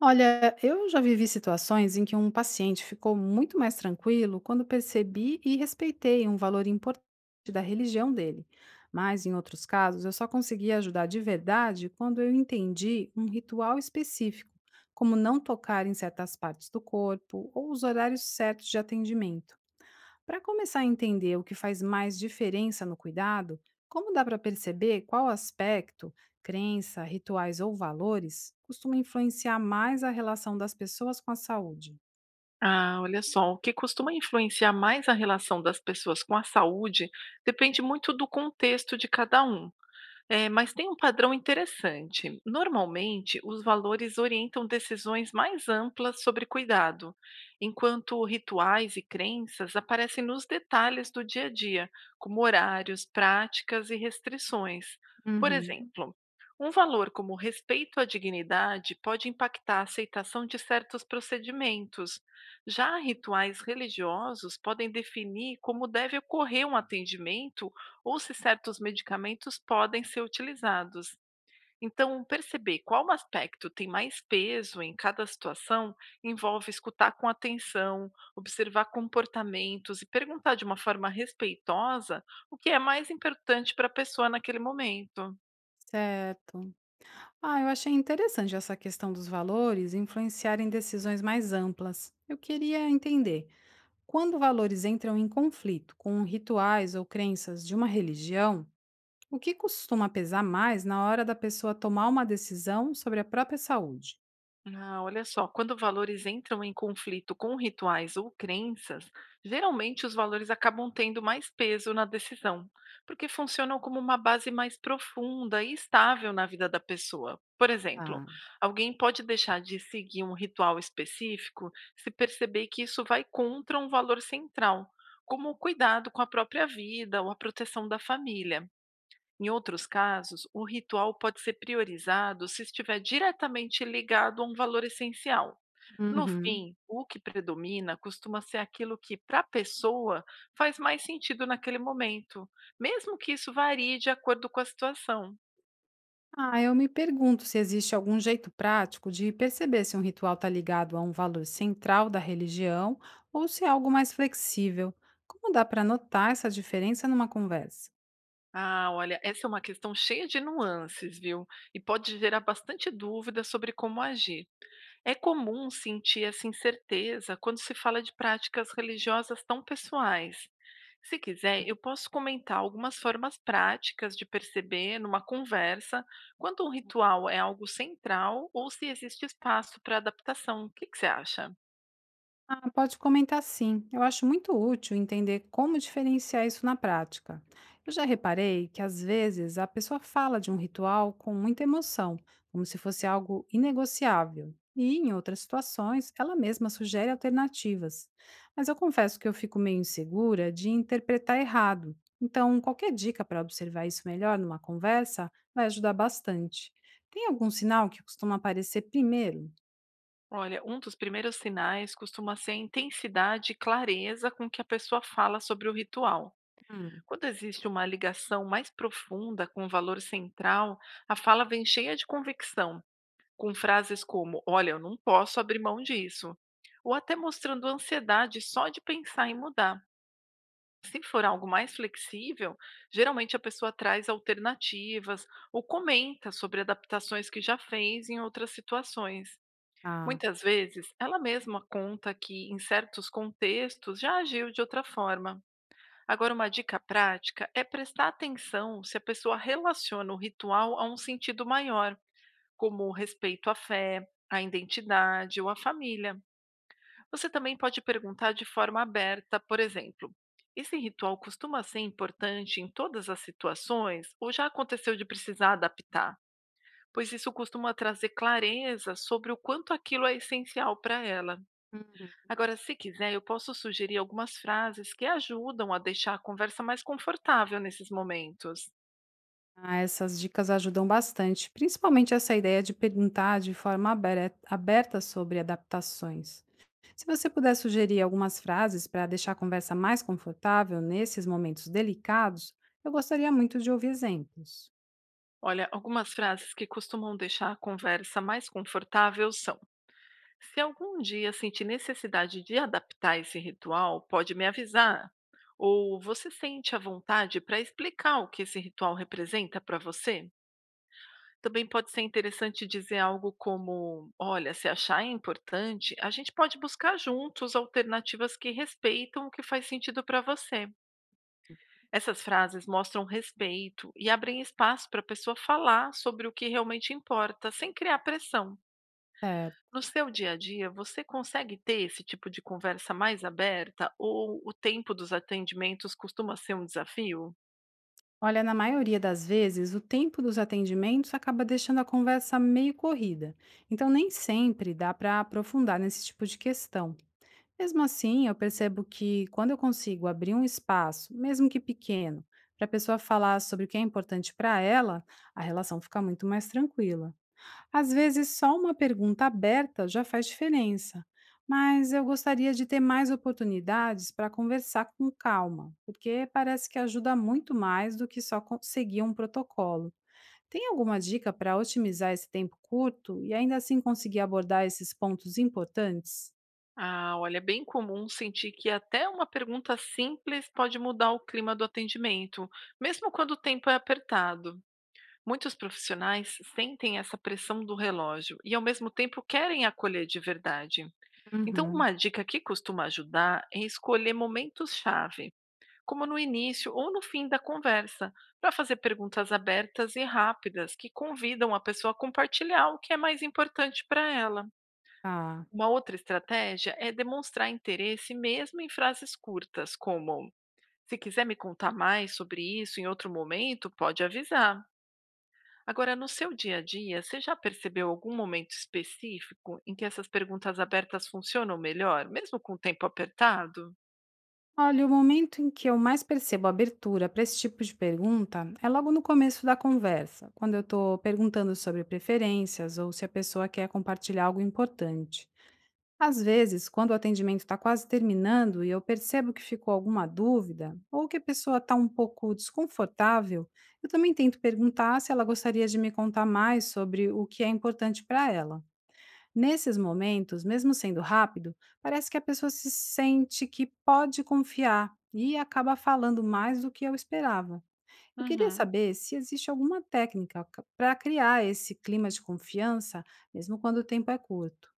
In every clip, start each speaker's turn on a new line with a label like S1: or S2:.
S1: Olha, eu já vivi situações em que um paciente ficou muito mais tranquilo quando percebi e respeitei um valor importante da religião dele. Mas em outros casos, eu só consegui ajudar de verdade quando eu entendi um ritual específico, como não tocar em certas partes do corpo ou os horários certos de atendimento. Para começar a entender o que faz mais diferença no cuidado, como dá para perceber qual aspecto, crença, rituais ou valores costuma influenciar mais a relação das pessoas com a saúde?
S2: Ah, olha só, o que costuma influenciar mais a relação das pessoas com a saúde depende muito do contexto de cada um. É, mas tem um padrão interessante. Normalmente, os valores orientam decisões mais amplas sobre cuidado, enquanto rituais e crenças aparecem nos detalhes do dia a dia, como horários, práticas e restrições. Por
S1: Uhum.
S2: exemplo, um valor como respeito à dignidade pode impactar a aceitação de certos procedimentos. Já rituais religiosos podem definir como deve ocorrer um atendimento ou se certos medicamentos podem ser utilizados. Então, perceber qual aspecto tem mais peso em cada situação envolve escutar com atenção, observar comportamentos e perguntar de uma forma respeitosa o que é mais importante para a pessoa naquele momento.
S1: Certo. Ah, eu achei interessante essa questão dos valores influenciarem decisões mais amplas. Eu queria entender. Quando valores entram em conflito com rituais ou crenças de uma religião, o que costuma pesar mais na hora da pessoa tomar uma decisão sobre a própria saúde?
S2: Ah, olha só, quando valores entram em conflito com rituais ou crenças, geralmente os valores acabam tendo mais peso na decisão, porque funcionam como uma base mais profunda e estável na vida da pessoa. Por exemplo,
S1: Tá.
S2: alguém pode deixar de seguir um ritual específico se perceber que isso vai contra um valor central, como o cuidado com a própria vida ou a proteção da família. Em outros casos, o ritual pode ser priorizado se estiver diretamente ligado a um valor essencial. No
S1: Uhum.
S2: fim, o que predomina costuma ser aquilo que, para a pessoa, faz mais sentido naquele momento, mesmo que isso varie de acordo com a situação.
S1: Ah, eu me pergunto se existe algum jeito prático de perceber se um ritual está ligado a um valor central da religião ou se é algo mais flexível. Como dá para notar essa diferença numa conversa?
S2: Ah, olha, essa é uma questão cheia de nuances, viu? E pode gerar bastante dúvida sobre como agir. É comum sentir essa incerteza quando se fala de práticas religiosas tão pessoais. Se quiser, eu posso comentar algumas formas práticas de perceber numa conversa quando um ritual é algo central ou se existe espaço para adaptação. O que que você acha?
S1: Ah, pode comentar sim. Eu acho muito útil entender como diferenciar isso na prática. Eu já reparei que às vezes a pessoa fala de um ritual com muita emoção, como se fosse algo inegociável. E em outras situações, ela mesma sugere alternativas. Mas eu confesso que eu fico meio insegura de interpretar errado. Então, qualquer dica para observar isso melhor numa conversa vai ajudar bastante. Tem algum sinal que costuma aparecer primeiro?
S2: Olha, um dos primeiros sinais costuma ser a intensidade e clareza com que a pessoa fala sobre o ritual.
S1: Hum.
S2: Quando existe uma ligação mais profunda com o valor central, a fala vem cheia de convicção com frases como: Olha, eu não posso abrir mão disso. Ou até mostrando ansiedade só de pensar em mudar. Se for algo mais flexível, geralmente a pessoa traz alternativas ou comenta sobre adaptações que já fez em outras situações.
S1: Ah.
S2: Muitas vezes, ela mesma conta que, em certos contextos, já agiu de outra forma. Agora, uma dica prática é prestar atenção se a pessoa relaciona o ritual a um sentido maior como o respeito à fé, à identidade ou à família. Você também pode perguntar de forma aberta, por exemplo: esse ritual costuma ser importante em todas as situações ou já aconteceu de precisar adaptar? Pois isso costuma trazer clareza sobre o quanto aquilo é essencial para ela. Agora, se quiser, eu posso sugerir algumas frases que ajudam a deixar a conversa mais confortável nesses momentos.
S1: Ah, essas dicas ajudam bastante, principalmente essa ideia de perguntar de forma aberta sobre adaptações. Se você puder sugerir algumas frases para deixar a conversa mais confortável nesses momentos delicados, eu gostaria muito de ouvir exemplos.
S2: Olha, algumas frases que costumam deixar a conversa mais confortável são Se algum dia sentir necessidade de adaptar esse ritual, pode me avisar. Ou você sente a vontade para explicar o que esse ritual representa para você? Também pode ser interessante dizer algo como: olha, se achar importante, a gente pode buscar juntos alternativas que respeitam o que faz sentido para você. Essas frases mostram respeito e abrem espaço para a pessoa falar sobre o que realmente importa, sem criar pressão.
S1: Certo.
S2: No seu dia a dia, você consegue ter esse tipo de conversa mais aberta ou o tempo dos atendimentos costuma ser um desafio?
S1: Olha, na maioria das vezes, o tempo dos atendimentos acaba deixando a conversa meio corrida, então nem sempre dá para aprofundar nesse tipo de questão. Mesmo assim, eu percebo que quando eu consigo abrir um espaço, mesmo que pequeno, para a pessoa falar sobre o que é importante para ela, a relação fica muito mais tranquila. Às vezes, só uma pergunta aberta já faz diferença, mas eu gostaria de ter mais oportunidades para conversar com calma, porque parece que ajuda muito mais do que só seguir um protocolo. Tem alguma dica para otimizar esse tempo curto e ainda assim conseguir abordar esses pontos importantes?
S2: Ah, olha, é bem comum sentir que até uma pergunta simples pode mudar o clima do atendimento, mesmo quando o tempo é apertado. Muitos profissionais sentem essa pressão do relógio e, ao mesmo tempo, querem acolher de verdade. Então,
S1: Uhum.
S2: uma dica que costuma ajudar é escolher momentos-chave como no início ou no fim da conversa, para fazer perguntas abertas e rápidas que convidam a pessoa a compartilhar o que é mais importante para ela.
S1: Ah.
S2: Uma outra estratégia é demonstrar interesse mesmo em frases curtas, como se quiser me contar mais sobre isso em outro momento, pode avisar. Agora, no seu dia a dia, você já percebeu algum momento específico em que essas perguntas abertas funcionam melhor, mesmo com o tempo apertado?
S1: Olha, o momento em que eu mais percebo abertura para esse tipo de pergunta é logo no começo da conversa, quando eu estou perguntando sobre preferências ou se a pessoa quer compartilhar algo importante. Às vezes, quando o atendimento está quase terminando e eu percebo que ficou alguma dúvida ou que a pessoa está um pouco desconfortável, eu também tento perguntar se ela gostaria de me contar mais sobre o que é importante para ela. Nesses momentos, mesmo sendo rápido, parece que a pessoa se sente que pode confiar e acaba falando mais do que eu esperava. Eu queria
S2: Uhum.
S1: saber se existe alguma técnica para criar esse clima de confiança, mesmo quando o tempo é curto.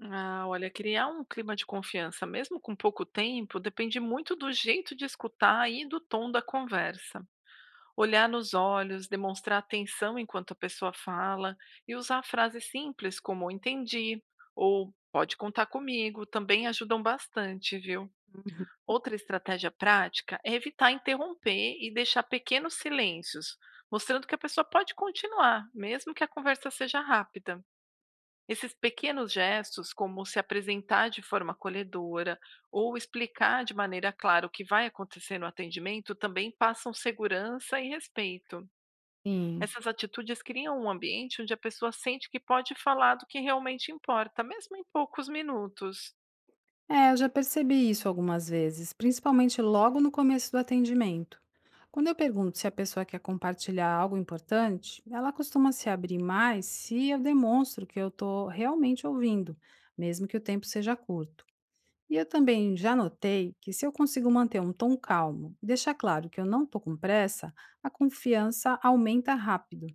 S2: Ah, olha, criar um clima de confiança, mesmo com pouco tempo, depende muito do jeito de escutar e do tom da conversa. Olhar nos olhos, demonstrar atenção enquanto a pessoa fala e usar frases simples como entendi ou pode contar comigo também ajudam bastante, viu? Outra estratégia prática é evitar interromper e deixar pequenos silêncios, mostrando que a pessoa pode continuar, mesmo que a conversa seja rápida. Esses pequenos gestos, como se apresentar de forma acolhedora ou explicar de maneira clara o que vai acontecer no atendimento, também passam segurança e respeito.
S1: Sim.
S2: Essas atitudes criam um ambiente onde a pessoa sente que pode falar do que realmente importa, mesmo em poucos minutos.
S1: É, eu já percebi isso algumas vezes, principalmente logo no começo do atendimento. Quando eu pergunto se a pessoa quer compartilhar algo importante, ela costuma se abrir mais se eu demonstro que eu estou realmente ouvindo, mesmo que o tempo seja curto. E eu também já notei que se eu consigo manter um tom calmo e deixar claro que eu não estou com pressa, a confiança aumenta rápido.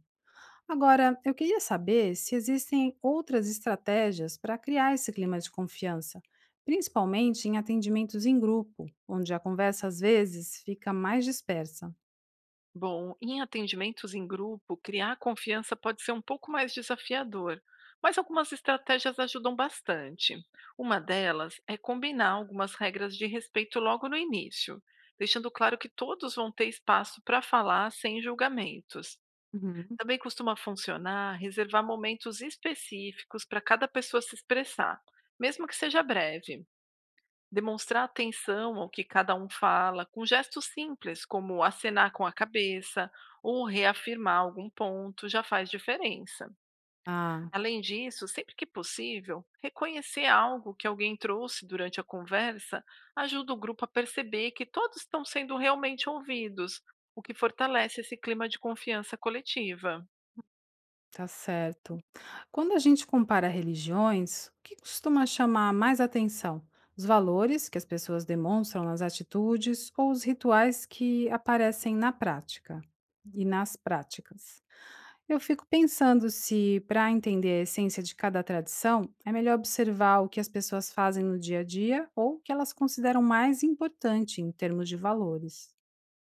S1: Agora, eu queria saber se existem outras estratégias para criar esse clima de confiança, principalmente em atendimentos em grupo, onde a conversa às vezes fica mais dispersa.
S2: Bom, em atendimentos em grupo, criar confiança pode ser um pouco mais desafiador, mas algumas estratégias ajudam bastante. Uma delas é combinar algumas regras de respeito logo no início, deixando claro que todos vão ter espaço para falar sem julgamentos.
S1: Uhum.
S2: Também costuma funcionar reservar momentos específicos para cada pessoa se expressar, mesmo que seja breve. Demonstrar atenção ao que cada um fala, com gestos simples, como acenar com a cabeça ou reafirmar algum ponto, já faz diferença.
S1: Ah,
S2: Além disso, sempre que possível, reconhecer algo que alguém trouxe durante a conversa ajuda o grupo a perceber que todos estão sendo realmente ouvidos, o que fortalece esse clima de confiança coletiva.
S1: tá certo. Quando a gente compara religiões, o que costuma chamar mais atenção? Os valores que as pessoas demonstram nas atitudes ou os rituais que aparecem na prática e nas práticas? Eu fico pensando se, para entender a essência de cada tradição, é melhor observar o que as pessoas fazem no dia a dia ou o que elas consideram mais importante em termos de valores.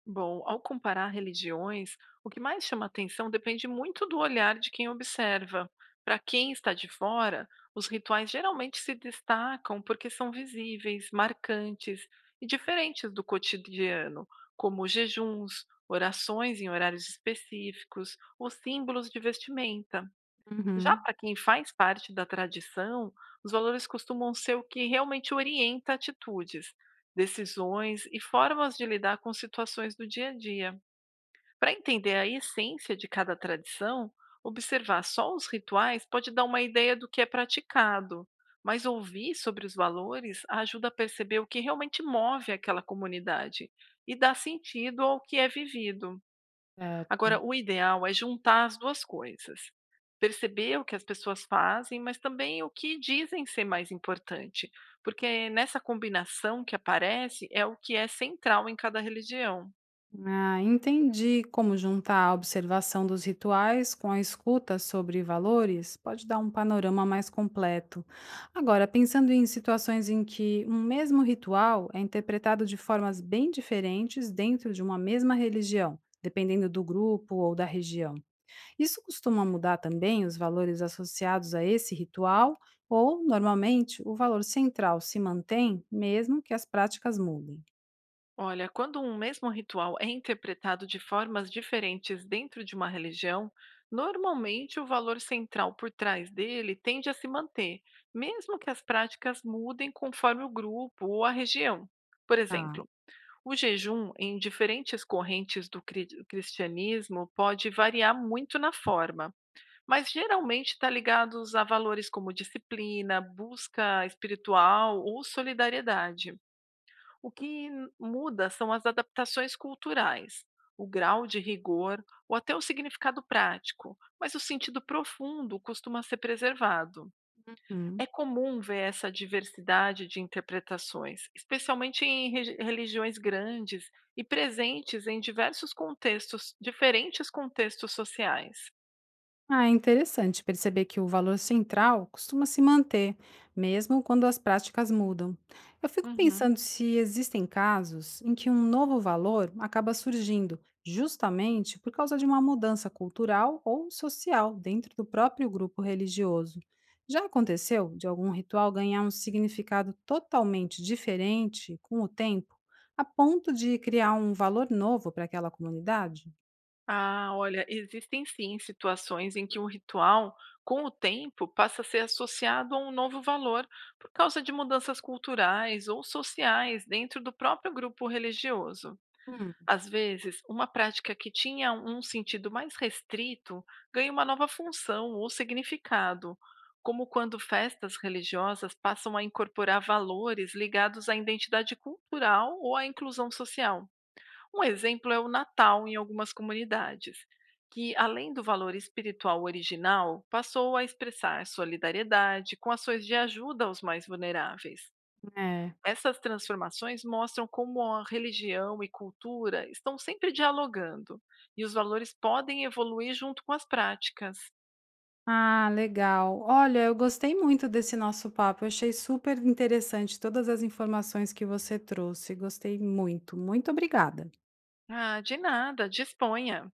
S2: Bom, ao comparar religiões, o que mais chama atenção depende muito do olhar de quem observa. Para quem está de fora, os rituais geralmente se destacam porque são visíveis, marcantes e diferentes do cotidiano, como jejuns, orações em horários específicos ou símbolos de vestimenta. Já
S1: Uhum.
S2: para quem faz parte da tradição, os valores costumam ser o que realmente orienta atitudes, decisões e formas de lidar com situações do dia a dia. Para entender a essência de cada tradição, observar só os rituais pode dar uma ideia do que é praticado, mas ouvir sobre os valores ajuda a perceber o que realmente move aquela comunidade e dá sentido ao que é vivido.
S1: Certo.
S2: Agora, o ideal é juntar as duas coisas. Perceber o que as pessoas fazem, mas também o que dizem ser mais importante, porque nessa combinação que aparece é o que é central em cada religião.
S1: Ah, entendi como juntar a observação dos rituais com a escuta sobre valores pode dar um panorama mais completo. Agora, pensando em situações em que um mesmo ritual é interpretado de formas bem diferentes dentro de uma mesma religião, dependendo do grupo ou da região, isso costuma mudar também os valores associados a esse ritual, ou, normalmente, o valor central se mantém mesmo que as práticas mudem?
S2: Olha, quando um mesmo ritual é interpretado de formas diferentes dentro de uma religião, normalmente o valor central por trás dele tende a se manter, mesmo que as práticas mudem conforme o grupo ou a região. Por
S1: Tá.
S2: exemplo, o jejum em diferentes correntes do cristianismo pode variar muito na forma, mas geralmente está ligado a valores como disciplina, busca espiritual ou solidariedade. O que muda são as adaptações culturais, o grau de rigor ou até o significado prático, mas o sentido profundo costuma ser preservado. É
S1: Hum.
S2: comum ver essa diversidade de interpretações, especialmente em religiões grandes e presentes em diversos contextos, diferentes contextos sociais.
S1: Ah, é interessante perceber que o valor central costuma se manter, mesmo quando as práticas mudam. Eu fico
S2: Uhum.
S1: pensando se existem casos em que um novo valor acaba surgindo justamente por causa de uma mudança cultural ou social dentro do próprio grupo religioso. Já aconteceu de algum ritual ganhar um significado totalmente diferente com o tempo, a ponto de criar um valor novo para aquela comunidade?
S2: Ah, olha, existem sim situações em que um ritual, com o tempo, passa a ser associado a um novo valor por causa de mudanças culturais ou sociais dentro do próprio grupo religioso.
S1: Hum.
S2: Às vezes, uma prática que tinha um sentido mais restrito ganha uma nova função ou significado, como quando festas religiosas passam a incorporar valores ligados à identidade cultural ou à inclusão social. Um exemplo é o Natal em algumas comunidades, que, além do valor espiritual original, passou a expressar solidariedade com ações de ajuda aos mais vulneráveis.
S1: É.
S2: Essas transformações mostram como a religião e cultura estão sempre dialogando e os valores podem evoluir junto com as práticas.
S1: Ah, legal. Olha, eu gostei muito desse nosso papo. Eu achei super interessante todas as informações que você trouxe. Gostei muito. Muito obrigada.
S2: Ah, de nada, disponha.